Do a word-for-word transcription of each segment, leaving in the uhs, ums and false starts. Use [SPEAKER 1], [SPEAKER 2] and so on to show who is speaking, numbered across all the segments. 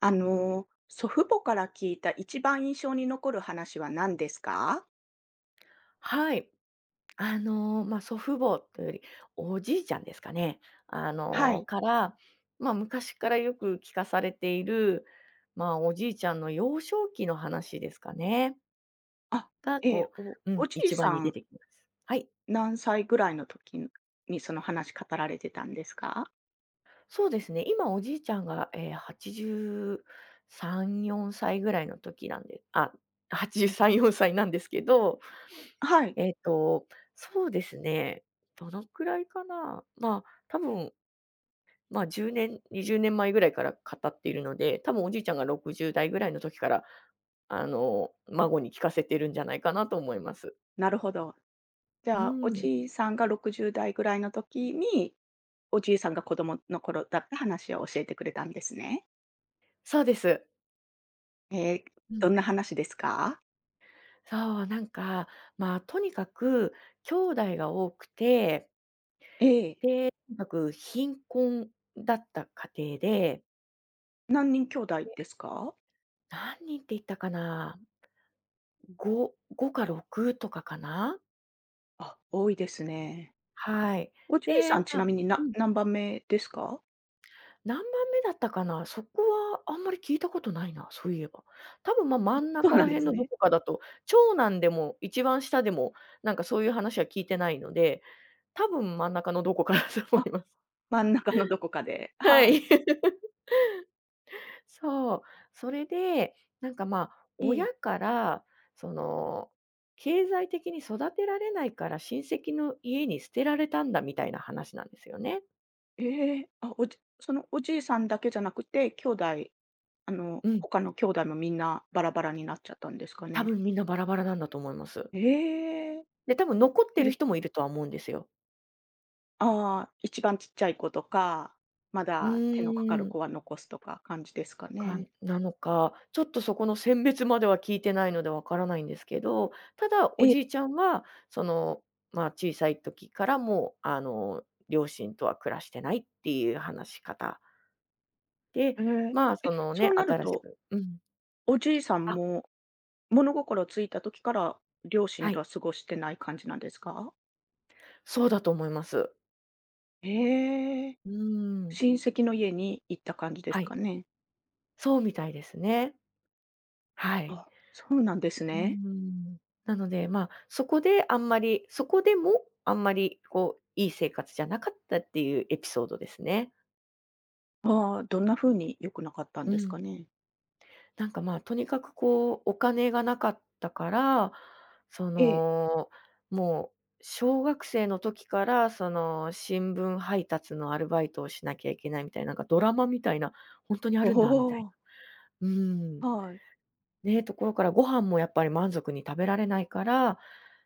[SPEAKER 1] あのー、祖父母から聞いた一番印象に残る話は何ですか？
[SPEAKER 2] はい。あの、まあ、祖父母というより、おじいちゃんですかね。あ
[SPEAKER 1] は
[SPEAKER 2] の、
[SPEAKER 1] い。
[SPEAKER 2] から、まあ、昔からよく聞かされている、まあ、おじいちゃんの幼少期の話ですかね。
[SPEAKER 1] あ、
[SPEAKER 2] が、
[SPEAKER 1] えー
[SPEAKER 2] こ
[SPEAKER 1] お
[SPEAKER 2] う、う
[SPEAKER 1] お
[SPEAKER 2] ん、
[SPEAKER 1] じい
[SPEAKER 2] 一
[SPEAKER 1] さ
[SPEAKER 2] 番に出
[SPEAKER 1] ん、
[SPEAKER 2] てきます。はい。
[SPEAKER 1] 何歳ぐらいの時にその話語られてたんですか？
[SPEAKER 2] そうですね、今おじいちゃんが、えはちじゅうさん、よんさいぐらいの時なんであ、はちじゅうさん、よんさいなんですけど、
[SPEAKER 1] はい、
[SPEAKER 2] えっと、そうですね、どのくらいかな。まあ、多分まあ、じゅうねん、にじゅうねんまえぐらいから語っているので、多分おじいちゃんがろくじゅう代ぐらいの時から、あの、孫に聞かせてるんじゃないかなと思います。
[SPEAKER 1] なるほど。じ
[SPEAKER 2] う
[SPEAKER 1] ゃあ、お
[SPEAKER 2] ん。
[SPEAKER 1] じいさんがろくじゅう代ぐらいの時に、おじいさんが子供の頃だった話を教えてくれたんですね。
[SPEAKER 2] そうです。
[SPEAKER 1] えー、
[SPEAKER 2] う
[SPEAKER 1] ど
[SPEAKER 2] ん。
[SPEAKER 1] んな話ですか？
[SPEAKER 2] そう、なんか、まあ、とにかく兄弟が多くて、
[SPEAKER 1] えー、
[SPEAKER 2] とにかく貧困だった家庭で、
[SPEAKER 1] 何人兄弟ですか？
[SPEAKER 2] 何人って言ったかな、ご、ごかろくとかかな。
[SPEAKER 1] あ、多いですね。
[SPEAKER 2] はい。
[SPEAKER 1] おじい
[SPEAKER 2] で、
[SPEAKER 1] さ
[SPEAKER 2] ま
[SPEAKER 1] んちな
[SPEAKER 2] あ
[SPEAKER 1] みに、
[SPEAKER 2] う
[SPEAKER 1] な
[SPEAKER 2] ん。
[SPEAKER 1] 何番目ですか？
[SPEAKER 2] 何番目だったかな、そこはあんまり聞いたことないな、そういえば。多分、ま、真ん
[SPEAKER 1] そう
[SPEAKER 2] 中
[SPEAKER 1] な
[SPEAKER 2] ら
[SPEAKER 1] んで
[SPEAKER 2] 辺
[SPEAKER 1] す
[SPEAKER 2] のど
[SPEAKER 1] ね。
[SPEAKER 2] こかだと、長男でも一番下でも、なんかそういう話は聞いてないので、多分真ん中のどこかだと
[SPEAKER 1] あ、
[SPEAKER 2] 思います。
[SPEAKER 1] 真ん中のどこかで。
[SPEAKER 2] は
[SPEAKER 1] はい。
[SPEAKER 2] い。そう。それで、なんか、ま、あ
[SPEAKER 1] ええ。
[SPEAKER 2] 親から、その、経済的に育てられないから親戚の家に捨てられたんだみたいな話なんですよね。
[SPEAKER 1] ええ、あ、おじそのおじいさんだけじゃなくて、兄弟、あの、
[SPEAKER 2] うん。
[SPEAKER 1] 他の兄弟もみんなバラバラになっちゃったんですか
[SPEAKER 2] 多
[SPEAKER 1] ね。
[SPEAKER 2] 分みんなバラバラなんだと思います。
[SPEAKER 1] ええ、
[SPEAKER 2] で、多分残ってる
[SPEAKER 1] え、
[SPEAKER 2] 人もいるとは思うんですよ。
[SPEAKER 1] ああ、一番ちっちゃい子とか、ま
[SPEAKER 2] う
[SPEAKER 1] だ手のかかる
[SPEAKER 2] ーん、
[SPEAKER 1] 子は残すとか感じですか
[SPEAKER 2] か
[SPEAKER 1] ね。
[SPEAKER 2] なのか、ちょっとそこの選別までは聞いてないのでわからないんですけど、ただ
[SPEAKER 1] え
[SPEAKER 2] お
[SPEAKER 1] え、
[SPEAKER 2] じいちゃんは、その、まあ、小さい時からもう、あの、両親とは暮らしてないっていう話し方で、
[SPEAKER 1] ええ、
[SPEAKER 2] まあ、その
[SPEAKER 1] そ
[SPEAKER 2] ね、
[SPEAKER 1] うなる
[SPEAKER 2] 新し
[SPEAKER 1] と、
[SPEAKER 2] くうん。
[SPEAKER 1] おじいさん
[SPEAKER 2] あ、
[SPEAKER 1] も物心ついた時から、両親
[SPEAKER 2] は
[SPEAKER 1] と
[SPEAKER 2] い。
[SPEAKER 1] は過ごしてない感じなんですか？
[SPEAKER 2] そうだと思います。
[SPEAKER 1] ええ。
[SPEAKER 2] うーん。
[SPEAKER 1] 親戚の家に行った感じです
[SPEAKER 2] は
[SPEAKER 1] か
[SPEAKER 2] い。
[SPEAKER 1] ね？
[SPEAKER 2] そうみたいですね。はい。
[SPEAKER 1] あ、そうなんです
[SPEAKER 2] うー
[SPEAKER 1] ね。
[SPEAKER 2] ん。なので、まあ、そこであんまりそこでもあんまりこう、いい生活じゃなかったっていうエピソードですね。
[SPEAKER 1] ああ、どんな風に良くなかったん
[SPEAKER 2] う
[SPEAKER 1] です
[SPEAKER 2] ん。
[SPEAKER 1] かね？
[SPEAKER 2] なんか、まあ、とにかくこう、お金がなかったから、そ
[SPEAKER 1] ええ。
[SPEAKER 2] の、もう小学生の時から、その、新聞配達のアルバイトをしなきゃいけないみたいな、なんかドラマみたいな、本当にあ
[SPEAKER 1] お
[SPEAKER 2] るんだみたい
[SPEAKER 1] お、
[SPEAKER 2] な。うん。
[SPEAKER 1] はい。
[SPEAKER 2] ね、ところからご飯もやっぱり満足に食べられないから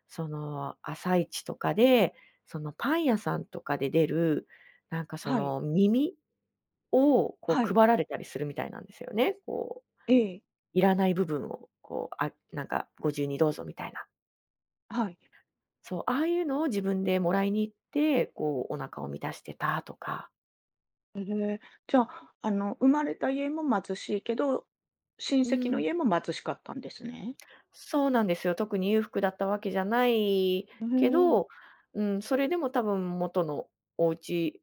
[SPEAKER 2] その、朝市とかで、そのパン屋さんとかで出る、なんかそ
[SPEAKER 1] はい。
[SPEAKER 2] の耳をこ
[SPEAKER 1] は
[SPEAKER 2] う
[SPEAKER 1] い。
[SPEAKER 2] 配られたりするみたいなんですよね。こう、
[SPEAKER 1] ええ、
[SPEAKER 2] いらない部分を、こう、あ、なんかご自由にどうぞみたいな。
[SPEAKER 1] はい。
[SPEAKER 2] そう、ああいうのを自分でもらいに行って、こうお腹を満たしてたとか。
[SPEAKER 1] ええ、じゃあ、あの、生まれた家も貧しいけど、親
[SPEAKER 2] う
[SPEAKER 1] 戚の
[SPEAKER 2] ん。
[SPEAKER 1] 家も貧しかったんですね。
[SPEAKER 2] そうなんですよ。特に裕福だったわけじゃない
[SPEAKER 1] う
[SPEAKER 2] け
[SPEAKER 1] え。
[SPEAKER 2] ど、うん、それでも多分元のお家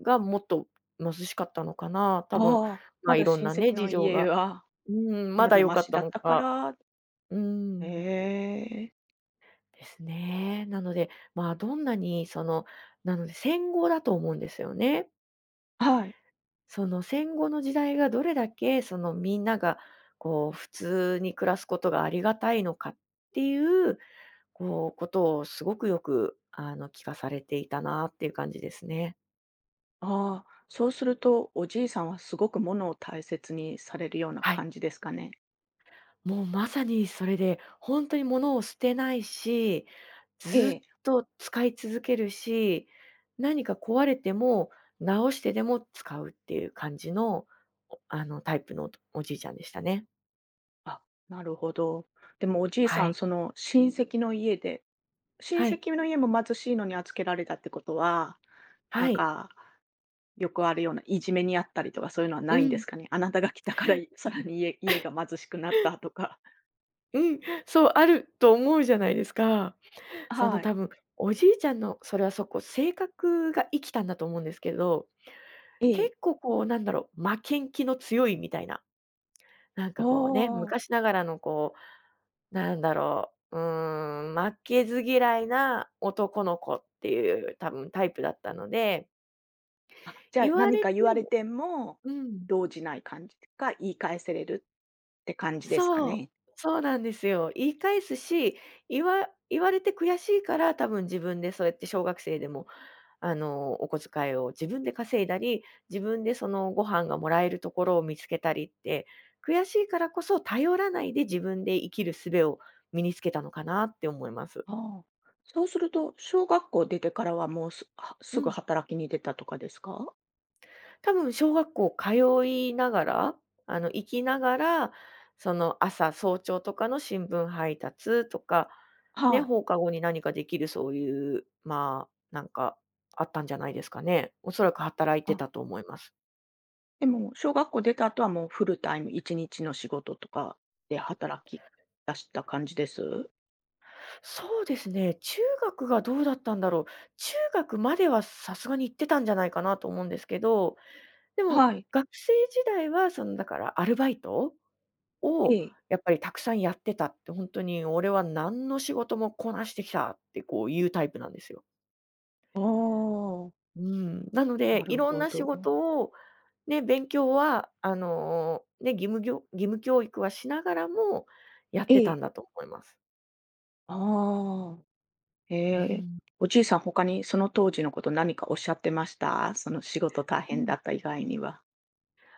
[SPEAKER 2] がもっと貧しかったのかな。多分、
[SPEAKER 1] ああ、
[SPEAKER 2] ま、
[SPEAKER 1] ま
[SPEAKER 2] あい
[SPEAKER 1] だ
[SPEAKER 2] ろん
[SPEAKER 1] 親
[SPEAKER 2] な
[SPEAKER 1] 戚
[SPEAKER 2] ね、事
[SPEAKER 1] の
[SPEAKER 2] 情
[SPEAKER 1] 家
[SPEAKER 2] が、
[SPEAKER 1] は
[SPEAKER 2] うん、ま
[SPEAKER 1] ま
[SPEAKER 2] だ
[SPEAKER 1] だ
[SPEAKER 2] 良
[SPEAKER 1] マ
[SPEAKER 2] かっ
[SPEAKER 1] シ
[SPEAKER 2] た
[SPEAKER 1] だっ
[SPEAKER 2] の
[SPEAKER 1] たか
[SPEAKER 2] か、
[SPEAKER 1] ら、
[SPEAKER 2] うん、
[SPEAKER 1] ええ、
[SPEAKER 2] ですね。なので、まあ、どんなにその、なので戦後だと思うんですよね。
[SPEAKER 1] はい。
[SPEAKER 2] その戦後の時代がどれだけそのみんながこう普通に暮らすことがありがたいのかっていうこう、ことをすごくよく、あの、聞かされていたなっていう感じですね。
[SPEAKER 1] ああ、そうすると、おじいさんはすごく物を大切にされるような
[SPEAKER 2] はい。
[SPEAKER 1] 感じですかね。
[SPEAKER 2] もうまさにそれで、ほんとに物を捨てないし、
[SPEAKER 1] え
[SPEAKER 2] ずっ
[SPEAKER 1] え。
[SPEAKER 2] と使い続けるし、何か壊れても直してでも使うっていう感じの、おあの、タイプのおじいちゃんでしたね。
[SPEAKER 1] あ、なるほど。でもおじい
[SPEAKER 2] は
[SPEAKER 1] さん、
[SPEAKER 2] い。
[SPEAKER 1] その親戚の家で、親
[SPEAKER 2] はい、
[SPEAKER 1] 戚の家も貧しいのに預けられたってことは、な
[SPEAKER 2] は
[SPEAKER 1] ん
[SPEAKER 2] い。
[SPEAKER 1] か、よくあるようないじめにあったりとかそういうのは
[SPEAKER 2] う
[SPEAKER 1] ないんで
[SPEAKER 2] ん、
[SPEAKER 1] すかね。あなたが来たから、いさらに家家が貧しくなったとか。
[SPEAKER 2] うん、そう、あると思うじゃないですか。その
[SPEAKER 1] はい。
[SPEAKER 2] 多分、おじいちゃんのそれはそこ、性格が生きたんだと思うんですけど
[SPEAKER 1] ええ。
[SPEAKER 2] 結構こう、なんだろう、負けん気の強いみたいな、なん
[SPEAKER 1] あ
[SPEAKER 2] かこうね、
[SPEAKER 1] あ。
[SPEAKER 2] 昔ながらのこう、なんだろう、うーん、負けず嫌いな男の子っていう多分タイプだったので、
[SPEAKER 1] あ、じゃあ、
[SPEAKER 2] 言わ
[SPEAKER 1] 何
[SPEAKER 2] れ
[SPEAKER 1] か
[SPEAKER 2] て
[SPEAKER 1] 言われ
[SPEAKER 2] も
[SPEAKER 1] ても
[SPEAKER 2] うん、
[SPEAKER 1] 動じない感じか、言い返せれるって感じですか
[SPEAKER 2] そう、
[SPEAKER 1] ね。
[SPEAKER 2] そうなんですよ。言い返すし、言わ言われて悔しいから、多分自分でそうやって小学生でもあの、お小遣いを自分で稼いだり、自分でそのご飯がもらえるところを見つけたりって、悔しいからこそ頼らないで自分で生きる術を身につけたのかなって思います。
[SPEAKER 1] ああ、そうすると、小学校出てからはもうすはす
[SPEAKER 2] う
[SPEAKER 1] ぐ
[SPEAKER 2] ん。
[SPEAKER 1] 働きに出たとかですか？
[SPEAKER 2] 多分小学校通いながら、あの、行きながら、その朝早朝とかの新聞配達とか、ね、
[SPEAKER 1] はい。
[SPEAKER 2] 放課後に何かできるそういう、まあ、なんかあったんじゃないですかね。おそらく働いて
[SPEAKER 1] あ、
[SPEAKER 2] たと思います。
[SPEAKER 1] でも小学校出た後はもうフルタイムいちにちの仕事とかで働き出した感じです？
[SPEAKER 2] そうですね、中学がどうだったんだろう。中学まではさすがに行ってたんじゃないかなと思うんですけど、でも
[SPEAKER 1] はい。
[SPEAKER 2] 学生時代はそのだからアルバイト
[SPEAKER 1] え
[SPEAKER 2] を
[SPEAKER 1] え。
[SPEAKER 2] やっぱりたくさんやってたって、本当に俺は何の仕事もこなしてきたってこういうタイプなんですよ。
[SPEAKER 1] ああ、
[SPEAKER 2] うん、なの
[SPEAKER 1] な
[SPEAKER 2] で、い
[SPEAKER 1] る
[SPEAKER 2] ろん
[SPEAKER 1] ほ
[SPEAKER 2] な仕
[SPEAKER 1] ど。
[SPEAKER 2] 事を、ね、勉強はあの、ね、義務教義務教育はしながらもやっ
[SPEAKER 1] え
[SPEAKER 2] てた
[SPEAKER 1] え。
[SPEAKER 2] んだと思います。
[SPEAKER 1] ああ、え
[SPEAKER 2] う
[SPEAKER 1] え。
[SPEAKER 2] ん。
[SPEAKER 1] おじいさん他にその当時のこと何かおっしゃってました？その仕事大
[SPEAKER 2] う
[SPEAKER 1] 変だ
[SPEAKER 2] ん
[SPEAKER 1] った以外には。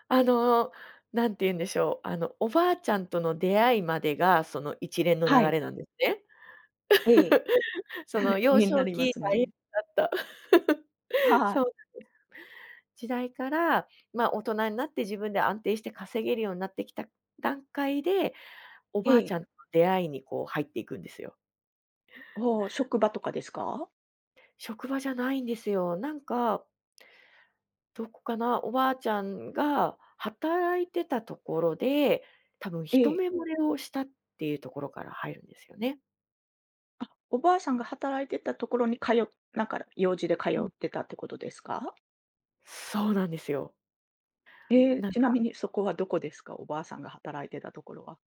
[SPEAKER 2] あの、なんて言うんでしょう、あの、おばあちゃんとの出会いまでが、その一連の流
[SPEAKER 1] はい。
[SPEAKER 2] れなんですね。
[SPEAKER 1] ええ。
[SPEAKER 2] その
[SPEAKER 1] 気
[SPEAKER 2] 幼
[SPEAKER 1] にな
[SPEAKER 2] 少
[SPEAKER 1] りま
[SPEAKER 2] 期
[SPEAKER 1] す
[SPEAKER 2] 大変
[SPEAKER 1] ね。
[SPEAKER 2] だった。
[SPEAKER 1] はい。
[SPEAKER 2] そう、時代から、ま、大人になって自分で安定して稼げるようになってきた段階で、おばあち
[SPEAKER 1] え
[SPEAKER 2] ゃん
[SPEAKER 1] え。
[SPEAKER 2] との出会いにこう入っていくんですよ。
[SPEAKER 1] おー職場とかですか？
[SPEAKER 2] 職場じゃないんですよ。なんか、どこかな、おばあちゃんが働いてたところで、多分
[SPEAKER 1] え
[SPEAKER 2] 一
[SPEAKER 1] え。
[SPEAKER 2] 目惚れをしたっていうところから入るんですよね。
[SPEAKER 1] おばあさんが働いてたところに通っなんか用事で通ってたってことですか？
[SPEAKER 2] そうなんですよ。
[SPEAKER 1] ええ、
[SPEAKER 2] なん
[SPEAKER 1] ちな
[SPEAKER 2] か、
[SPEAKER 1] みにそこはどこですか？おばあさんが働いてたところは。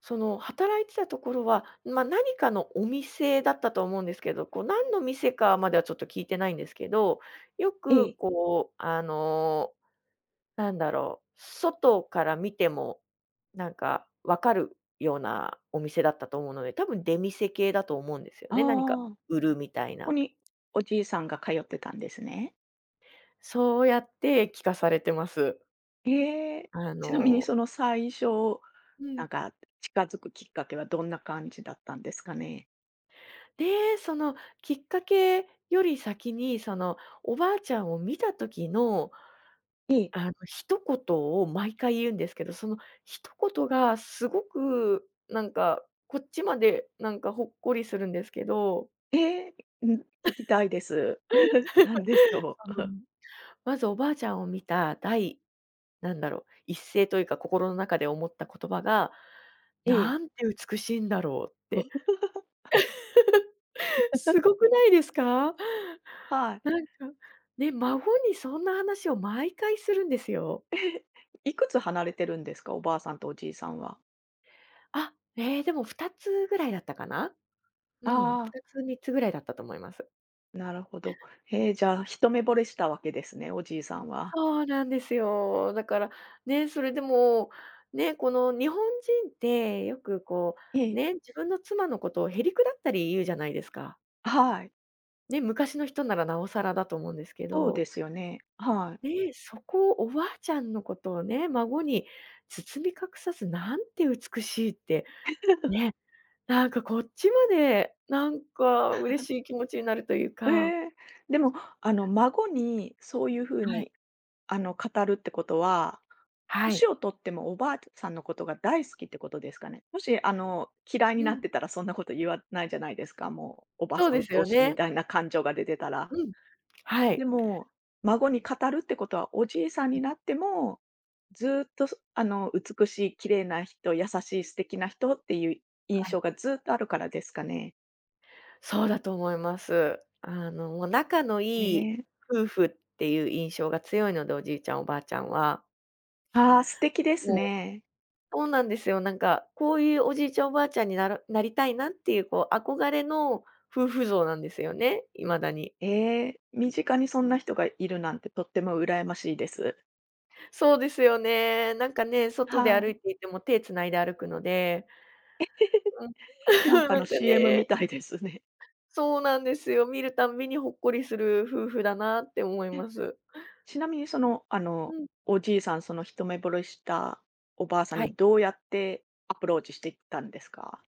[SPEAKER 2] その働いてたところは、まあ、何かのお店だったと思うんですけど、こう何の店かまではちょっと聞いてないんですけど、よ
[SPEAKER 1] え
[SPEAKER 2] く
[SPEAKER 1] え。
[SPEAKER 2] こう、あの、なんだろう、外から見ても、なんか分かるようなお店だったと思うので、多分出店系だと思うんですよ
[SPEAKER 1] あ
[SPEAKER 2] ね。何か
[SPEAKER 1] あ、こ
[SPEAKER 2] 売るみたい
[SPEAKER 1] こ
[SPEAKER 2] な。
[SPEAKER 1] におじいさんが通ってたんですね。
[SPEAKER 2] そうやって聞かされてます。
[SPEAKER 1] ええ、
[SPEAKER 2] あ
[SPEAKER 1] ちなみにそ
[SPEAKER 2] の
[SPEAKER 1] の最初、
[SPEAKER 2] う
[SPEAKER 1] な
[SPEAKER 2] ん。
[SPEAKER 1] んか近づくきっかけはどんな感じだったんですかね？
[SPEAKER 2] で、そのきっかけより先に、そのおばあちゃんを見た時の、
[SPEAKER 1] ええ。
[SPEAKER 2] あの一言を毎回言うんですけど、その一言がすごくなんか、こっちまでなんかほっこりするんですけど、
[SPEAKER 1] ええ、うん、聞きたいです。何でしょ
[SPEAKER 2] あの、
[SPEAKER 1] う？
[SPEAKER 2] まずおばあちゃんを見た第、なんだろう、一声というか、心の中で思った言葉が、
[SPEAKER 1] え
[SPEAKER 2] 「な
[SPEAKER 1] え。
[SPEAKER 2] んて美しいんだろう」って。すご くないですか？
[SPEAKER 1] はい。
[SPEAKER 2] なんか、ね、孫にそんな話を毎回するんですよ。
[SPEAKER 1] いくつ離れてるんですか？おばあさんとおじいさんは。
[SPEAKER 2] あ、ええ、でもふたつぐらいだったかな？うん、
[SPEAKER 1] あ
[SPEAKER 2] ふたつ、みっつぐらいだったと思います。
[SPEAKER 1] あ、なるほど。えー、じゃあ、一目惚れしたわけですね、おじいさんは。
[SPEAKER 2] そうなんですよ。だから、ね、それでも、ね、この日本人ってよくこ
[SPEAKER 1] え
[SPEAKER 2] う、
[SPEAKER 1] え、
[SPEAKER 2] ね、自分の妻のことをへりくだったり言うじゃないですか。
[SPEAKER 1] はい、
[SPEAKER 2] ね、昔の人ならなおさらだと思うんですけ
[SPEAKER 1] そうで
[SPEAKER 2] ど。
[SPEAKER 1] すよね。はい。
[SPEAKER 2] ねえ、そこをおばあちゃんのことをね、孫に包み隠さず、なんて美しいって、ね、なんかこっちまで、なんか嬉しい気持ちになるという
[SPEAKER 1] え
[SPEAKER 2] か、
[SPEAKER 1] ーでも、あの、孫にそういう風
[SPEAKER 2] はい、
[SPEAKER 1] に、あの、語るってことは、
[SPEAKER 2] は
[SPEAKER 1] 年
[SPEAKER 2] い。
[SPEAKER 1] をとってもおばあさんのことが大好きってことですかね？もし、あの、嫌いに
[SPEAKER 2] う
[SPEAKER 1] なっ
[SPEAKER 2] ん、
[SPEAKER 1] てたらそんなこと言わないじゃないですか、もう、おばあ
[SPEAKER 2] そう
[SPEAKER 1] さん
[SPEAKER 2] で
[SPEAKER 1] 鬱
[SPEAKER 2] す
[SPEAKER 1] 陶
[SPEAKER 2] よ
[SPEAKER 1] しいみ
[SPEAKER 2] ね。
[SPEAKER 1] たいな感情が出てたら。
[SPEAKER 2] うん、は
[SPEAKER 1] で
[SPEAKER 2] い、
[SPEAKER 1] も、孫に語るってことは、おじいさんになっても、ずーっと、そあの、美しい綺麗な人、優しい素敵な人っていう印
[SPEAKER 2] はい、
[SPEAKER 1] 象がずーっとあるからですかね。
[SPEAKER 2] そうだと思います。あの、もう仲の
[SPEAKER 1] え
[SPEAKER 2] いい
[SPEAKER 1] え。
[SPEAKER 2] 夫婦っていう印象が強いので、おじいちゃんおばあちゃんは。
[SPEAKER 1] ああ、素敵です
[SPEAKER 2] もう
[SPEAKER 1] ね。
[SPEAKER 2] そうなんですよ。なんか、こういうおじいちゃん、おばあちゃんにならなりたいなっていう、こう、憧れの夫婦像なんですよね、未だに。
[SPEAKER 1] ええ、身近にそんな人がいるなんてとっても羨ましいです。
[SPEAKER 2] そうですよね。なんかね、外で
[SPEAKER 1] は
[SPEAKER 2] 歩
[SPEAKER 1] い。
[SPEAKER 2] いていても手つないで歩くので、うん。
[SPEAKER 1] なん か
[SPEAKER 2] な
[SPEAKER 1] の
[SPEAKER 2] んか
[SPEAKER 1] シーエム み
[SPEAKER 2] ね、
[SPEAKER 1] たいですね。
[SPEAKER 2] そうなんですよ。見るたんびにほっこりする夫婦だなって思い
[SPEAKER 1] え、
[SPEAKER 2] ます。
[SPEAKER 1] ちなみにその、あ
[SPEAKER 2] う
[SPEAKER 1] の、
[SPEAKER 2] ん、
[SPEAKER 1] おじいさん、その一目惚れしたおばあさん
[SPEAKER 2] は
[SPEAKER 1] に
[SPEAKER 2] い。
[SPEAKER 1] どうやってアプローチしていったんですか？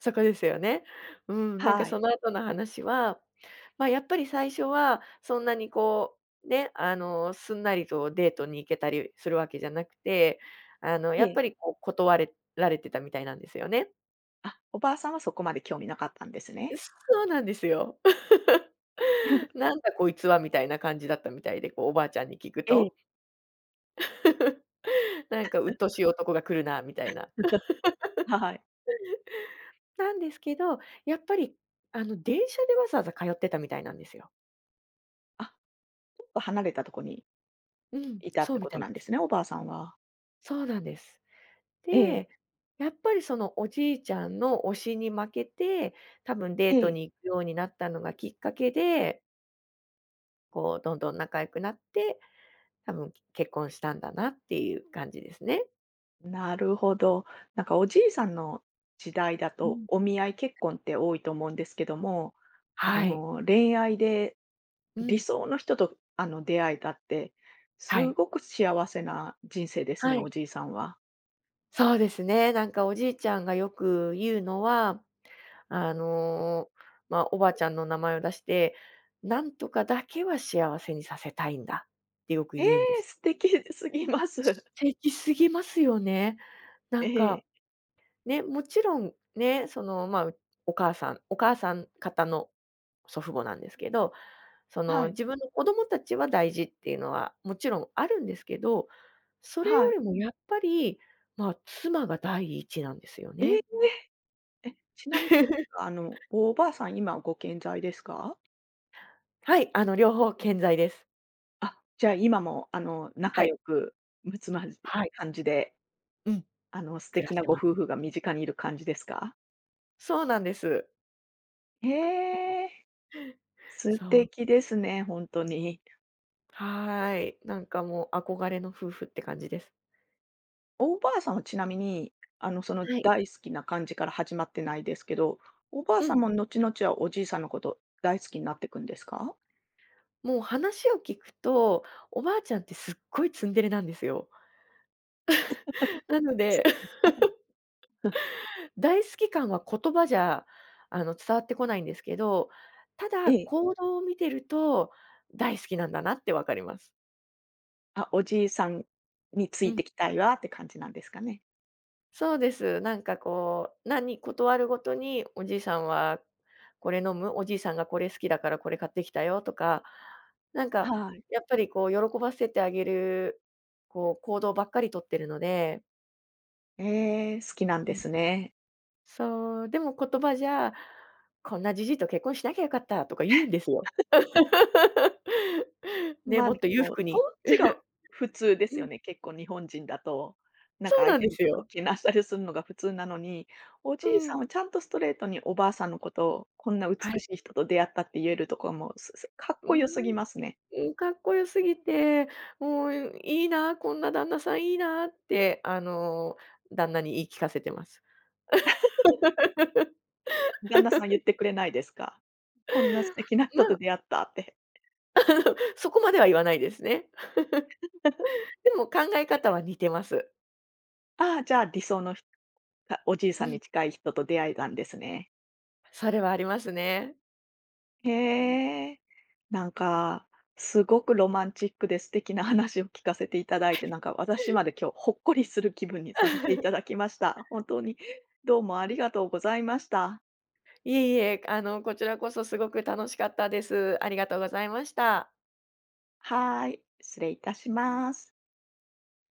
[SPEAKER 2] そこですよね。うん、なんか
[SPEAKER 1] はい。
[SPEAKER 2] その後の話は、まあ、やっぱり最初はそんなにこう、ね、あの、すんなりとデートに行けたりするわけじゃなくて、あの、
[SPEAKER 1] え
[SPEAKER 2] やっ
[SPEAKER 1] え。
[SPEAKER 2] ぱりこう断れられてたみたいなんですよね。
[SPEAKER 1] あ、おばあさんはそこまで興味なかったんですね。
[SPEAKER 2] そうなんですよ。なんだこいつはみたいな感じだったみたいで、こうおばあちゃんに聞く
[SPEAKER 1] ええ。
[SPEAKER 2] と、なんか鬱陶しい男が来るなみたいな。
[SPEAKER 1] はい。
[SPEAKER 2] なんですけど、やっぱりあの電車でわざわざ通ってたみたいなんですよ。
[SPEAKER 1] あ、ちょっと離れたとこに
[SPEAKER 2] うん、
[SPEAKER 1] いたっ
[SPEAKER 2] そう
[SPEAKER 1] て
[SPEAKER 2] み
[SPEAKER 1] こ
[SPEAKER 2] た
[SPEAKER 1] と
[SPEAKER 2] い
[SPEAKER 1] なん
[SPEAKER 2] で
[SPEAKER 1] です
[SPEAKER 2] す。
[SPEAKER 1] ね、おばあさんは。
[SPEAKER 2] そうなんです。
[SPEAKER 1] え
[SPEAKER 2] で、
[SPEAKER 1] え、
[SPEAKER 2] やっぱりそのおじいちゃんの推しに負けて、多分デ
[SPEAKER 1] え
[SPEAKER 2] ートに
[SPEAKER 1] え。
[SPEAKER 2] 行くようになったのがきっかけで、こうどんどん仲良くなって、多分結婚したんだなっていう感じですね。
[SPEAKER 1] なるほど。なんかおじいさんの時代だ
[SPEAKER 2] う
[SPEAKER 1] と、
[SPEAKER 2] ん。
[SPEAKER 1] お見合い結婚って多いと思うんですけども、あ
[SPEAKER 2] はい。
[SPEAKER 1] の、恋愛で
[SPEAKER 2] う
[SPEAKER 1] 理
[SPEAKER 2] ん。
[SPEAKER 1] 想の人と、あの、出会えたって、
[SPEAKER 2] は
[SPEAKER 1] す
[SPEAKER 2] い。
[SPEAKER 1] ごく幸せな人生です
[SPEAKER 2] は
[SPEAKER 1] ね、お
[SPEAKER 2] い。
[SPEAKER 1] じいさんは。
[SPEAKER 2] そうですね。なんかおじいちゃんがよく言うのは、あの、まあ、おばあちゃんの名前を出して、「なんとかだけは幸せにさせたいんだ」ってよく
[SPEAKER 1] え
[SPEAKER 2] 言うんで
[SPEAKER 1] え、
[SPEAKER 2] す。
[SPEAKER 1] 素敵すぎます。
[SPEAKER 2] 素敵すぎますよね。な
[SPEAKER 1] え
[SPEAKER 2] んか
[SPEAKER 1] え、
[SPEAKER 2] ね、もちろんね、その、まあ、うお母さんお母さん方の祖父母なんですけど、そ
[SPEAKER 1] は
[SPEAKER 2] の、
[SPEAKER 1] い、
[SPEAKER 2] 自分の子供たちは大事っていうのはもちろんあるんですけど、それ
[SPEAKER 1] は
[SPEAKER 2] よ
[SPEAKER 1] い。
[SPEAKER 2] りもやっぱり、まあ、妻が第一なんですよ
[SPEAKER 1] ええ。
[SPEAKER 2] ね。
[SPEAKER 1] え、ちなみに あの、おばあさん、今ご健在ですか？
[SPEAKER 2] はい、あの、両方健在です。
[SPEAKER 1] あ、じゃあ、今も、あの、仲
[SPEAKER 2] はい、
[SPEAKER 1] 良く、むつまじい
[SPEAKER 2] はい、
[SPEAKER 1] 感じで、
[SPEAKER 2] うん、
[SPEAKER 1] あの、素
[SPEAKER 2] 暮ら
[SPEAKER 1] 敵
[SPEAKER 2] し
[SPEAKER 1] な
[SPEAKER 2] て
[SPEAKER 1] ご
[SPEAKER 2] ます。
[SPEAKER 1] 夫婦が身近にいる感じですか？
[SPEAKER 2] そうなんです。
[SPEAKER 1] へえ、素
[SPEAKER 2] そう、
[SPEAKER 1] 敵ですね、ほんとに。
[SPEAKER 2] はーい。なんかもう憧れの夫婦って感じです。
[SPEAKER 1] おばあさんはちなみに、あの、その、
[SPEAKER 2] はい、
[SPEAKER 1] 大好きな感じから始まってないですけど、おばあ
[SPEAKER 2] う
[SPEAKER 1] さん
[SPEAKER 2] ん。
[SPEAKER 1] も後々はおじいさんのこと大好きになってくんですか？
[SPEAKER 2] もう話を聞くと、おばあちゃんってすっごいツンデレなんですよ。なので、大好き感は言葉じゃ、あの、伝わってこないんですけど、た
[SPEAKER 1] え
[SPEAKER 2] だ、
[SPEAKER 1] え。
[SPEAKER 2] 行動を見てると、大好きなんだなって分かります。
[SPEAKER 1] あ、おじいさんにつ
[SPEAKER 2] う
[SPEAKER 1] いて
[SPEAKER 2] ん。
[SPEAKER 1] きたいわって感じなんですかね？
[SPEAKER 2] そうです。なんかこう、何断るごとに、おじいさんはこれ飲む、おじいさんがこれ好きだからこれ買ってきたよとか、なんか、
[SPEAKER 1] はい。
[SPEAKER 2] やっぱりこう喜ばせてあげる、こう行動ばっかりとってるので、
[SPEAKER 1] ええ、好きなん
[SPEAKER 2] う
[SPEAKER 1] で
[SPEAKER 2] ん。
[SPEAKER 1] すね。
[SPEAKER 2] そう、でも言葉じゃ、こんなじじいと結婚しなきゃよかったとか言うんですよ。ね、
[SPEAKER 1] まあ、
[SPEAKER 2] も
[SPEAKER 1] で
[SPEAKER 2] っと裕
[SPEAKER 1] も、
[SPEAKER 2] 福に
[SPEAKER 1] そっちが普通です
[SPEAKER 2] う
[SPEAKER 1] よ
[SPEAKER 2] ん、
[SPEAKER 1] ね、結構日本人だと。なん
[SPEAKER 2] そ
[SPEAKER 1] か
[SPEAKER 2] う
[SPEAKER 1] 相
[SPEAKER 2] なん
[SPEAKER 1] 手
[SPEAKER 2] で
[SPEAKER 1] の
[SPEAKER 2] す
[SPEAKER 1] ことを
[SPEAKER 2] よ。
[SPEAKER 1] けなしたりするのが普通なのに、お
[SPEAKER 2] う
[SPEAKER 1] じいさ
[SPEAKER 2] ん。
[SPEAKER 1] んはちゃんとストレートにおばあさんのことを、こんな
[SPEAKER 2] は
[SPEAKER 1] 美
[SPEAKER 2] い。
[SPEAKER 1] しい人と出会ったって言えるとこも、すすかっ
[SPEAKER 2] うー
[SPEAKER 1] こよすぎ
[SPEAKER 2] ん、
[SPEAKER 1] ますね。
[SPEAKER 2] うん、かっこよすぎて、もういいな、こんな旦那さんいいなって、あの、旦那に言い聞かせてます。
[SPEAKER 1] 旦那さん言ってくれないですか？こんな素敵な人
[SPEAKER 2] ま
[SPEAKER 1] と
[SPEAKER 2] あ、
[SPEAKER 1] 出会ったって。
[SPEAKER 2] そこまでは言わないですね。でも考え方は似てます。
[SPEAKER 1] ああ、じゃあ理想のひかおじい
[SPEAKER 2] う
[SPEAKER 1] さんに
[SPEAKER 2] ん、
[SPEAKER 1] 近い人と出会えたんですね。
[SPEAKER 2] それはありますね。
[SPEAKER 1] へえ。なんか、すごくロマンチックで素敵な 話を聞かせていただいて、なんか私まで今日ほっこりする気分にさせていただ きました。本当にどうもありがとうございました。
[SPEAKER 2] いえいえ、あの、こちらこそすごく楽しかったです。ありがとうございました。
[SPEAKER 1] はーい、失礼いたします。